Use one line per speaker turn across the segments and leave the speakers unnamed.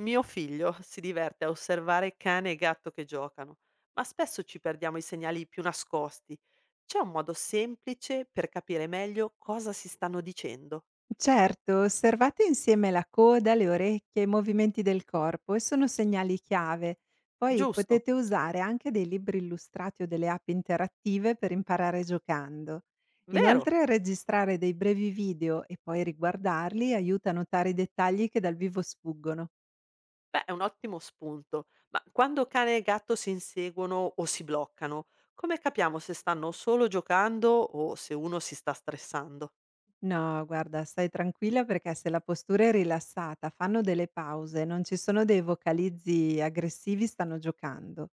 Mio figlio si diverte a osservare cane e gatto che giocano, ma spesso ci perdiamo i segnali più nascosti. C'è un modo semplice per capire meglio cosa si stanno dicendo.
Certo, osservate insieme la coda, le orecchie, i movimenti del corpo e sono segnali chiave. Poi
Giusto,
potete usare anche dei libri illustrati o delle app interattive per imparare giocando.
vero?
Inoltre registrare dei brevi video e poi riguardarli aiuta a notare i dettagli che dal vivo sfuggono.
Beh, è un ottimo spunto. Ma quando cane e gatto si inseguono o si bloccano, come capiamo se stanno solo giocando o se uno si sta stressando?
No, guarda, stai tranquilla perché se la postura è rilassata, fanno delle pause, non ci sono dei vocalizzi aggressivi, stanno giocando.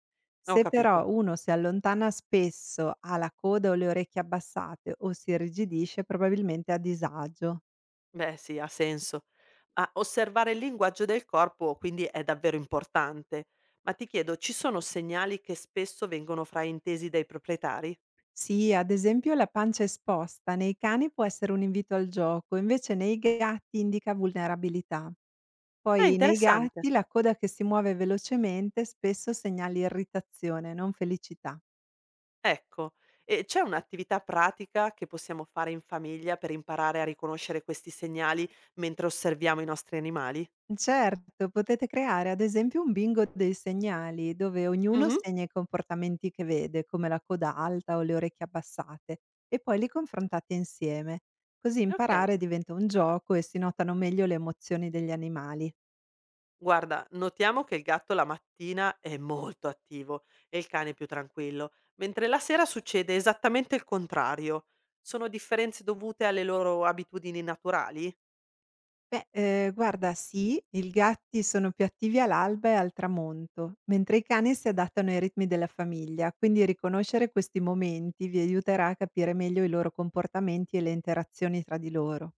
Ho
Se
capito.
però uno si allontana spesso, ha la coda o le orecchie abbassate o si irrigidisce, probabilmente è a disagio.
Beh sì, ha senso. Ma osservare il linguaggio del corpo quindi è davvero importante. Ma ti chiedo, ci sono segnali che spesso vengono fraintesi dai proprietari?
Sì, ad esempio la pancia esposta nei cani può essere un invito al gioco, invece nei gatti indica vulnerabilità.
Ah,
Poi nei
interessante.
gatti la coda che si muove velocemente spesso segnala irritazione, non felicità.
Ecco, e c'è un'attività pratica che possiamo fare in famiglia per imparare a riconoscere questi segnali mentre osserviamo i nostri animali?
Certo, potete creare ad esempio un bingo dei segnali, dove ognuno
Mhm.
segna i comportamenti che vede, come la coda alta o le orecchie abbassate, e poi li confrontate insieme. Così
Ok.
imparare diventa un gioco e si notano meglio le emozioni degli animali.
Guarda, notiamo che il gatto la mattina è molto attivo e il cane è più tranquillo, mentre la sera succede esattamente il contrario. Sono differenze dovute alle loro abitudini naturali?
Beh, guarda, sì, i gatti sono più attivi all'alba e al tramonto, mentre i cani si adattano ai ritmi della famiglia, quindi riconoscere questi momenti vi aiuterà a capire meglio i loro comportamenti e le interazioni tra di loro.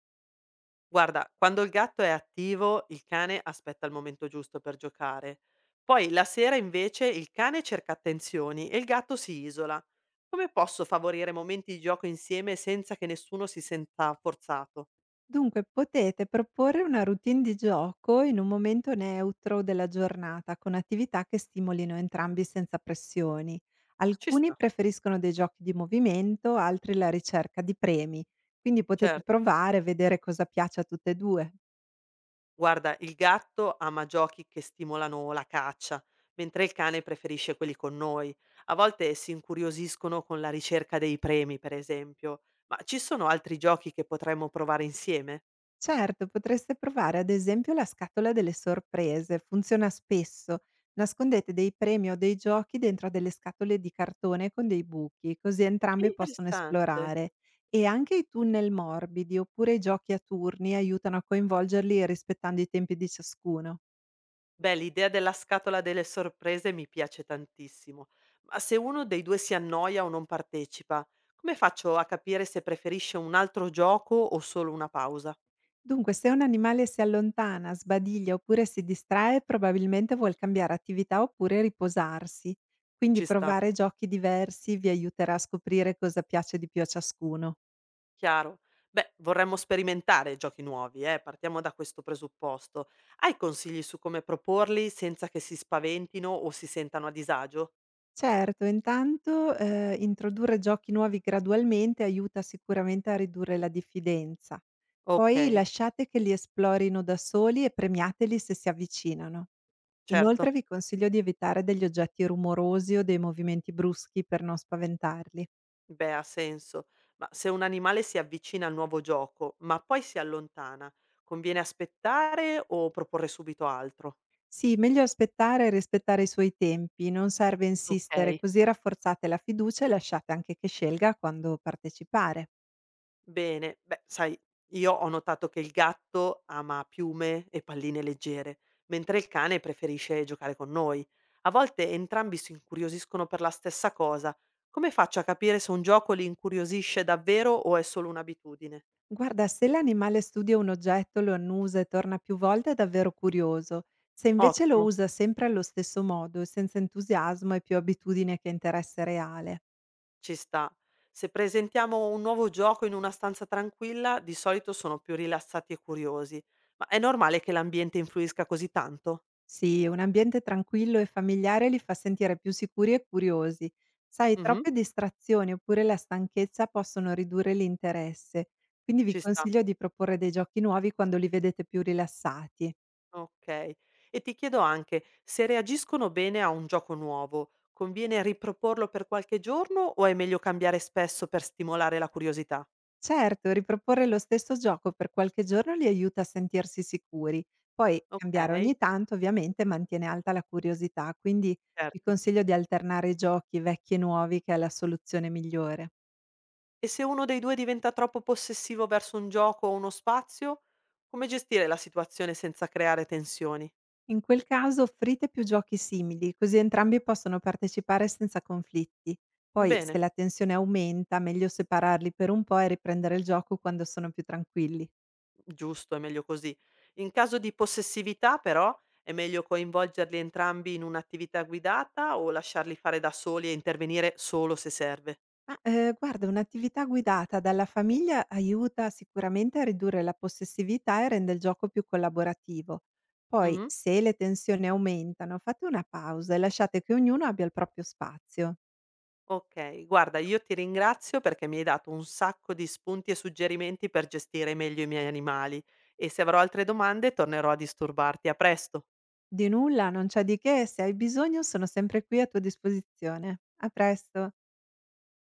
Guarda, quando il gatto è attivo, il cane aspetta il momento giusto per giocare. Poi la sera invece il cane cerca attenzioni e il gatto si isola. Come posso favorire momenti di gioco insieme senza che nessuno si senta forzato?
Dunque, potete proporre una routine di gioco in un momento neutro della giornata, con attività che stimolino entrambi senza pressioni.
Ci
Alcuni
sta,
preferiscono dei giochi di movimento, altri la ricerca di premi, quindi potete
certo.
provare e vedere cosa piace a tutte e due.
Guarda, il gatto ama giochi che stimolano la caccia, mentre il cane preferisce quelli con noi. A volte si incuriosiscono con la ricerca dei premi, per esempio. Ma ci sono altri giochi che potremmo provare insieme?
Certo, potreste provare ad esempio la scatola delle sorprese, funziona spesso. Nascondete dei premi o dei giochi dentro a delle scatole di cartone con dei buchi, così entrambi possono
Interessante.
esplorare. E anche i tunnel morbidi oppure i giochi a turni aiutano a coinvolgerli rispettando i tempi di ciascuno.
Beh, l'idea della scatola delle sorprese mi piace tantissimo. Ma se uno dei due si annoia o non partecipa, come faccio a capire se preferisce un altro gioco o solo una pausa?
Dunque, se un animale si allontana, sbadiglia oppure si distrae, probabilmente vuol cambiare attività oppure riposarsi. Quindi
Ci sta.
provare giochi diversi vi aiuterà a scoprire cosa piace di più a ciascuno.
Chiaro. Beh, vorremmo sperimentare giochi nuovi, partiamo da questo presupposto. Hai consigli su come proporli senza che si spaventino o si sentano a disagio?
Certo, intanto introdurre giochi nuovi gradualmente aiuta sicuramente a ridurre la diffidenza. Poi
Ok,
lasciate che li esplorino da soli e premiateli se si avvicinano. Inoltre
certo.
vi consiglio di evitare degli oggetti rumorosi o dei movimenti bruschi per non spaventarli.
Beh, ha senso. Ma se un animale si avvicina al nuovo gioco, ma poi si allontana, conviene aspettare o proporre subito altro?
Sì, meglio aspettare e rispettare i suoi tempi, non serve insistere,
Ok.
così rafforzate la fiducia e lasciate anche che scelga quando partecipare.
Bene, beh, sai, io ho notato che il gatto ama piume e palline leggere, mentre il cane preferisce giocare con noi. A volte entrambi si incuriosiscono per la stessa cosa. Come faccio a capire se un gioco li incuriosisce davvero o è solo un'abitudine?
Guarda, se l'animale studia un oggetto, lo annusa e torna più volte è davvero curioso. Se invece lo
Ottimo,
usa sempre allo stesso modo, e senza entusiasmo, è più abitudine che interesse reale.
ci sta. Se presentiamo un nuovo gioco in una stanza tranquilla, di solito sono più rilassati e curiosi. Ma è normale che l'ambiente influisca così tanto?
Sì, un ambiente tranquillo e familiare li fa sentire più sicuri e curiosi. Sai,
Mhm,
troppe distrazioni oppure la stanchezza possono ridurre l'interesse, quindi vi
ci sta.
consiglio di proporre dei giochi nuovi quando li vedete più rilassati.
Okay. E ti chiedo anche, se reagiscono bene a un gioco nuovo, conviene riproporlo per qualche giorno o è meglio cambiare spesso per stimolare la curiosità?
Certo, riproporre lo stesso gioco per qualche giorno li aiuta a sentirsi sicuri, poi cambiare ogni
Okay,
tanto ovviamente mantiene alta la curiosità, quindi vi
certo.
consiglio di alternare i giochi vecchi e nuovi che è la soluzione migliore.
E se uno dei due diventa troppo possessivo verso un gioco o uno spazio, come gestire la situazione senza creare tensioni?
In quel caso offrite più giochi simili, così entrambi possono partecipare senza conflitti. Poi, se
Bene,
la tensione aumenta, meglio separarli per un po' e riprendere il gioco quando sono più tranquilli.
giusto, è meglio così. In caso di possessività però, è meglio coinvolgerli entrambi in un'attività guidata o lasciarli fare da soli e intervenire solo se serve?
Ma guarda, un'attività guidata dalla famiglia aiuta sicuramente a ridurre la possessività e rende il gioco più collaborativo. Poi,
Mh-mh.
se le tensioni aumentano, fate una pausa e lasciate che ognuno abbia il proprio spazio.
Okay, guarda io ti ringrazio perché mi hai dato un sacco di spunti e suggerimenti per gestire meglio i miei animali e se avrò altre domande tornerò a disturbarti. A presto.
Di nulla, non c'è di che, se hai bisogno sono sempre qui a tua disposizione. A presto!